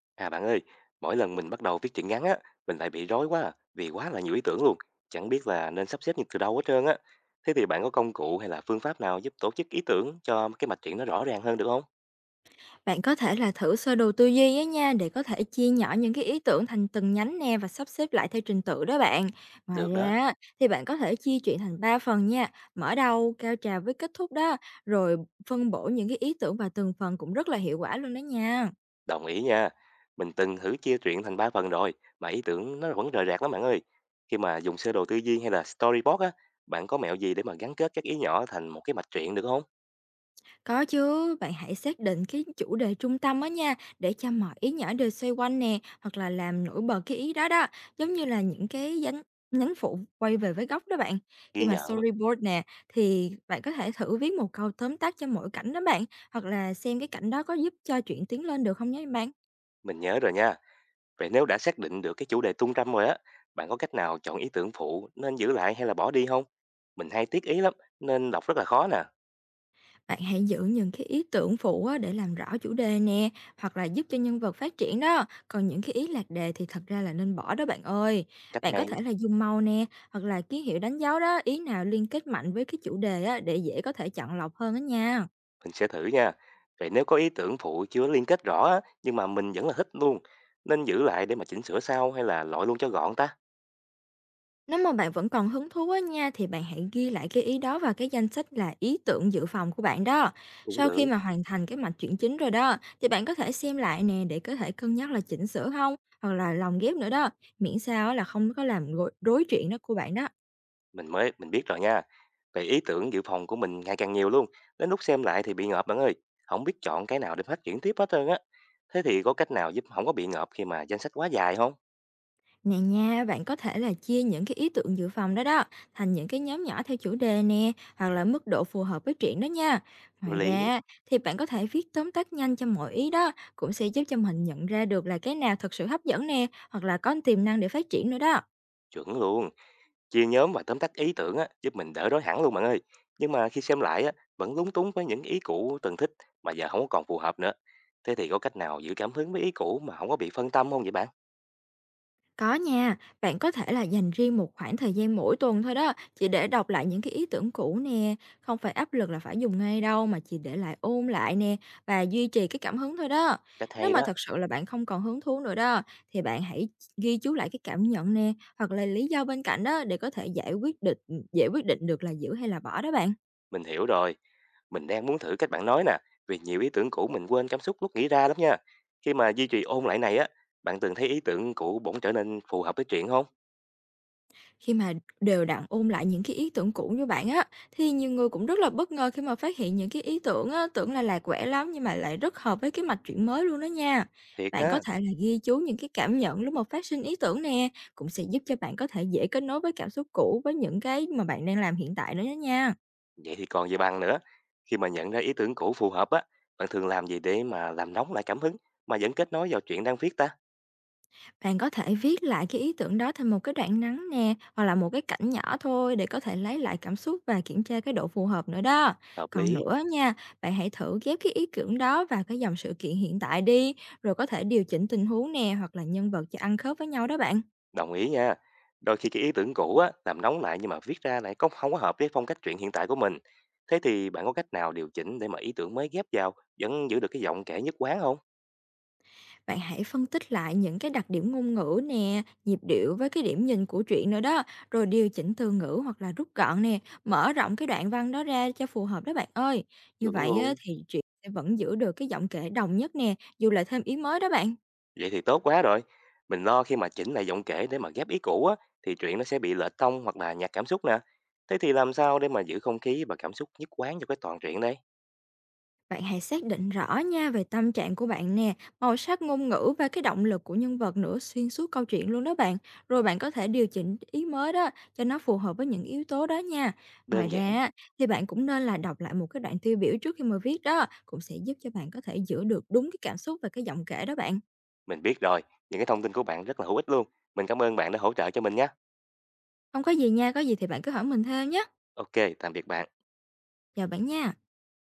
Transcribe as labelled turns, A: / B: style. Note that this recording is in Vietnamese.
A: À bạn ơi, mỗi lần mình bắt đầu viết truyện ngắn á, mình lại bị rối quá à, vì quá là nhiều ý tưởng luôn, chẳng biết là nên sắp xếp như từ đâu hết trơn á. Thế thì bạn có công cụ hay là phương pháp nào giúp tổ chức ý tưởng cho cái mạch truyện nó rõ ràng hơn được không?
B: Bạn có thể là thử sơ đồ tư duy á nha, để có thể chia nhỏ những cái ý tưởng thành từng nhánh nè và sắp xếp lại theo trình tự đó bạn. Ngoài
A: Được đó,
B: ra á, thì bạn có thể chia chuyện thành 3 phần nha, mở đầu, cao trào với kết thúc đó, rồi phân bổ những cái ý tưởng vào từng phần cũng rất là hiệu quả luôn đó nha.
A: đồng ý nha. Mình từng thử chia truyện thành ba phần rồi, mà ý tưởng nó vẫn rời rạc lắm bạn ơi. Khi mà dùng sơ đồ tư duy hay là storyboard á, bạn có mẹo gì để mà gắn kết các ý nhỏ thành một cái mạch truyện được không?
B: Có chứ, bạn hãy xác định cái chủ đề trung tâm á nha, để cho mọi ý nhỏ đều xoay quanh nè, hoặc là làm nổi bật cái ý đó đó, giống như là những cái nhánh nhánh phụ quay về với gốc đó bạn. Khi
A: Ghi
B: mà
A: nhận,
B: storyboard nè, thì bạn có thể thử viết một câu tóm tắt cho mỗi cảnh đó bạn, hoặc là xem cái cảnh đó có giúp cho chuyện tiến lên được không nhé bạn.
A: mình nhớ rồi nha. Vậy nếu đã xác định được cái chủ đề tung trăm rồi á, bạn có cách nào chọn ý tưởng phụ nên giữ lại hay là bỏ đi không? Mình hay tiếc ý lắm nên đọc rất là khó nè.
B: Bạn hãy giữ những cái ý tưởng phụ á, để làm rõ chủ đề nè, hoặc là giúp cho nhân vật phát triển đó. Còn những cái ý lạc đề thì thật ra là nên bỏ đó bạn ơi.
A: Cách
B: Bạn có
A: này
B: thể là dùng màu nè, hoặc là ký hiệu đánh dấu đó, ý nào liên kết mạnh với cái chủ đề á, để dễ có thể chọn lọc hơn đó nha.
A: mình sẽ thử nha. Vậy nếu có ý tưởng phụ chưa liên kết rõ á, nhưng mà mình vẫn là thích luôn, nên giữ lại để mà chỉnh sửa sau hay là loại luôn cho gọn ta?
B: Nếu mà bạn vẫn còn hứng thú á nha, thì bạn hãy ghi lại cái ý đó vào cái danh sách là ý tưởng dự phòng của bạn đó.
A: Cũng
B: Sau khi
A: được,
B: mà hoàn thành cái mạch chuyển chính rồi đó, thì bạn có thể xem lại nè, để có thể cân nhắc là chỉnh sửa không, hoặc là lồng ghép nữa đó, miễn sao á là không có làm rối chuyện đó của bạn đó.
A: mình biết rồi nha. Vậy ý tưởng dự phòng của mình ngày càng nhiều luôn, đến lúc xem lại thì bị ngợp bạn ơi, không biết chọn cái nào để phát triển tiếp hết trơn á. Thế thì có cách nào giúp không có bị ngợp khi mà danh sách quá dài không?
B: Này nha, bạn có thể là chia những cái ý tưởng dự phòng đó đó thành những cái nhóm nhỏ theo chủ đề nè, hoặc là mức độ phù hợp với truyện đó nha.
A: Có
B: Ngoài
A: lý.
B: ra thì bạn có thể viết tóm tắt nhanh cho mỗi ý đó, cũng sẽ giúp cho mình nhận ra được là cái nào thật sự hấp dẫn nè, hoặc là có tiềm năng để phát triển nữa đó.
A: Chuẩn luôn, chia nhóm và tóm tắt ý tưởng á, giúp mình đỡ rối hẳn luôn bạn ơi. Nhưng mà khi xem lại á, vẫn lúng túng với những ý cũ từng thích mà giờ không có còn phù hợp nữa. Thế thì có cách nào giữ cảm hứng với ý cũ mà không có bị phân tâm không vậy bạn?
B: Có nha, bạn có thể là dành riêng một khoảng thời gian mỗi tuần thôi đó, chỉ để đọc lại những cái ý tưởng cũ nè, không phải áp lực là phải dùng ngay đâu, mà chỉ để lại ôn lại nè và duy trì cái cảm hứng thôi đó.
A: Cách
B: Nếu
A: hay
B: mà
A: đó,
B: thật sự là bạn không còn hứng thú nữa đó, thì bạn hãy ghi chú lại cái cảm nhận nè, hoặc là lý do bên cạnh đó, để có thể giải quyết định dễ quyết định được là giữ hay là bỏ đó bạn.
A: mình hiểu rồi. Mình đang muốn thử cách bạn nói nè, vì nhiều ý tưởng cũ mình quên cảm xúc lúc nghĩ ra lắm nha. Khi mà duy trì ôn lại này á, bạn từng thấy ý tưởng cũ bỗng trở nên phù hợp với chuyện không?
B: Khi mà đều đặn ôn lại những cái ý tưởng cũ như bạn á, thì nhiều người cũng rất là bất ngờ khi mà phát hiện những cái ý tưởng á, tưởng là lạc quẻ lắm, nhưng mà lại rất hợp với cái mạch truyện mới luôn đó nha.
A: Thiệt
B: Bạn có
A: ha.
B: thể là ghi chú những cái cảm nhận lúc mà phát sinh ý tưởng nè, cũng sẽ giúp cho bạn có thể dễ kết nối với cảm xúc cũ với những cái mà bạn đang làm hiện tại nữa đó nha.
A: Vậy thì còn gì bằng nữa. Khi mà nhận ra ý tưởng cũ phù hợp á, bạn thường làm gì để mà làm nóng lại cảm hứng mà vẫn kết nối vào chuyện đang viết ta?
B: Bạn có thể viết lại cái ý tưởng đó thành một cái đoạn ngắn nè, hoặc là một cái cảnh nhỏ thôi, để có thể lấy lại cảm xúc và kiểm tra cái độ phù hợp nữa đó.
A: Hợp
B: Còn
A: lý,
B: nữa nha, bạn hãy thử ghép cái ý tưởng đó vào cái dòng sự kiện hiện tại đi, rồi có thể điều chỉnh tình huống nè, hoặc là nhân vật cho ăn khớp với nhau đó bạn.
A: đồng ý nha. Đôi khi cái ý tưởng cũ á, làm nóng lại nhưng mà viết ra lại không có hợp với phong cách truyện hiện tại của mình. Thế thì bạn có cách nào điều chỉnh để mà ý tưởng mới ghép vào vẫn giữ được cái giọng kể nhất quán không?
B: Bạn hãy phân tích lại những cái đặc điểm ngôn ngữ nè, nhịp điệu với cái điểm nhìn của truyện nữa đó, rồi điều chỉnh từ ngữ hoặc là rút gọn nè, mở rộng cái đoạn văn đó ra cho phù hợp đó bạn ơi. Như
A: Chuẩn
B: vậy á,
A: luôn.
B: thì truyện sẽ vẫn giữ được cái giọng kể đồng nhất nè, dù là thêm ý mới đó bạn.
A: Vậy thì tốt quá rồi. Mình lo khi mà chỉnh lại giọng kể để mà ghép ý cũ á, thì truyện nó sẽ bị lệch tông hoặc là nhạt cảm xúc nè. Thế thì làm sao để mà giữ không khí và cảm xúc nhất quán cho cái toàn truyện đây?
B: Bạn hãy xác định rõ nha về tâm trạng của bạn nè, màu sắc ngôn ngữ và cái động lực của nhân vật nữa, xuyên suốt câu chuyện luôn đó bạn. Rồi bạn có thể điều chỉnh ý mới đó cho nó phù hợp với những yếu tố đó nha. Ngoài
A: Đơn
B: ra
A: giản,
B: á, thì bạn cũng nên là đọc lại một cái đoạn tiêu biểu trước khi mà viết đó, cũng sẽ giúp cho bạn có thể giữ được đúng cái cảm xúc và cái giọng kể đó bạn.
A: mình biết rồi. Những cái thông tin của bạn rất là hữu ích luôn. Mình cảm ơn bạn đã hỗ trợ cho mình nhé.
B: Không có gì nha, có gì thì bạn cứ hỏi mình thêm nhé.
A: Ok, tạm biệt bạn.
B: Chào bạn nha.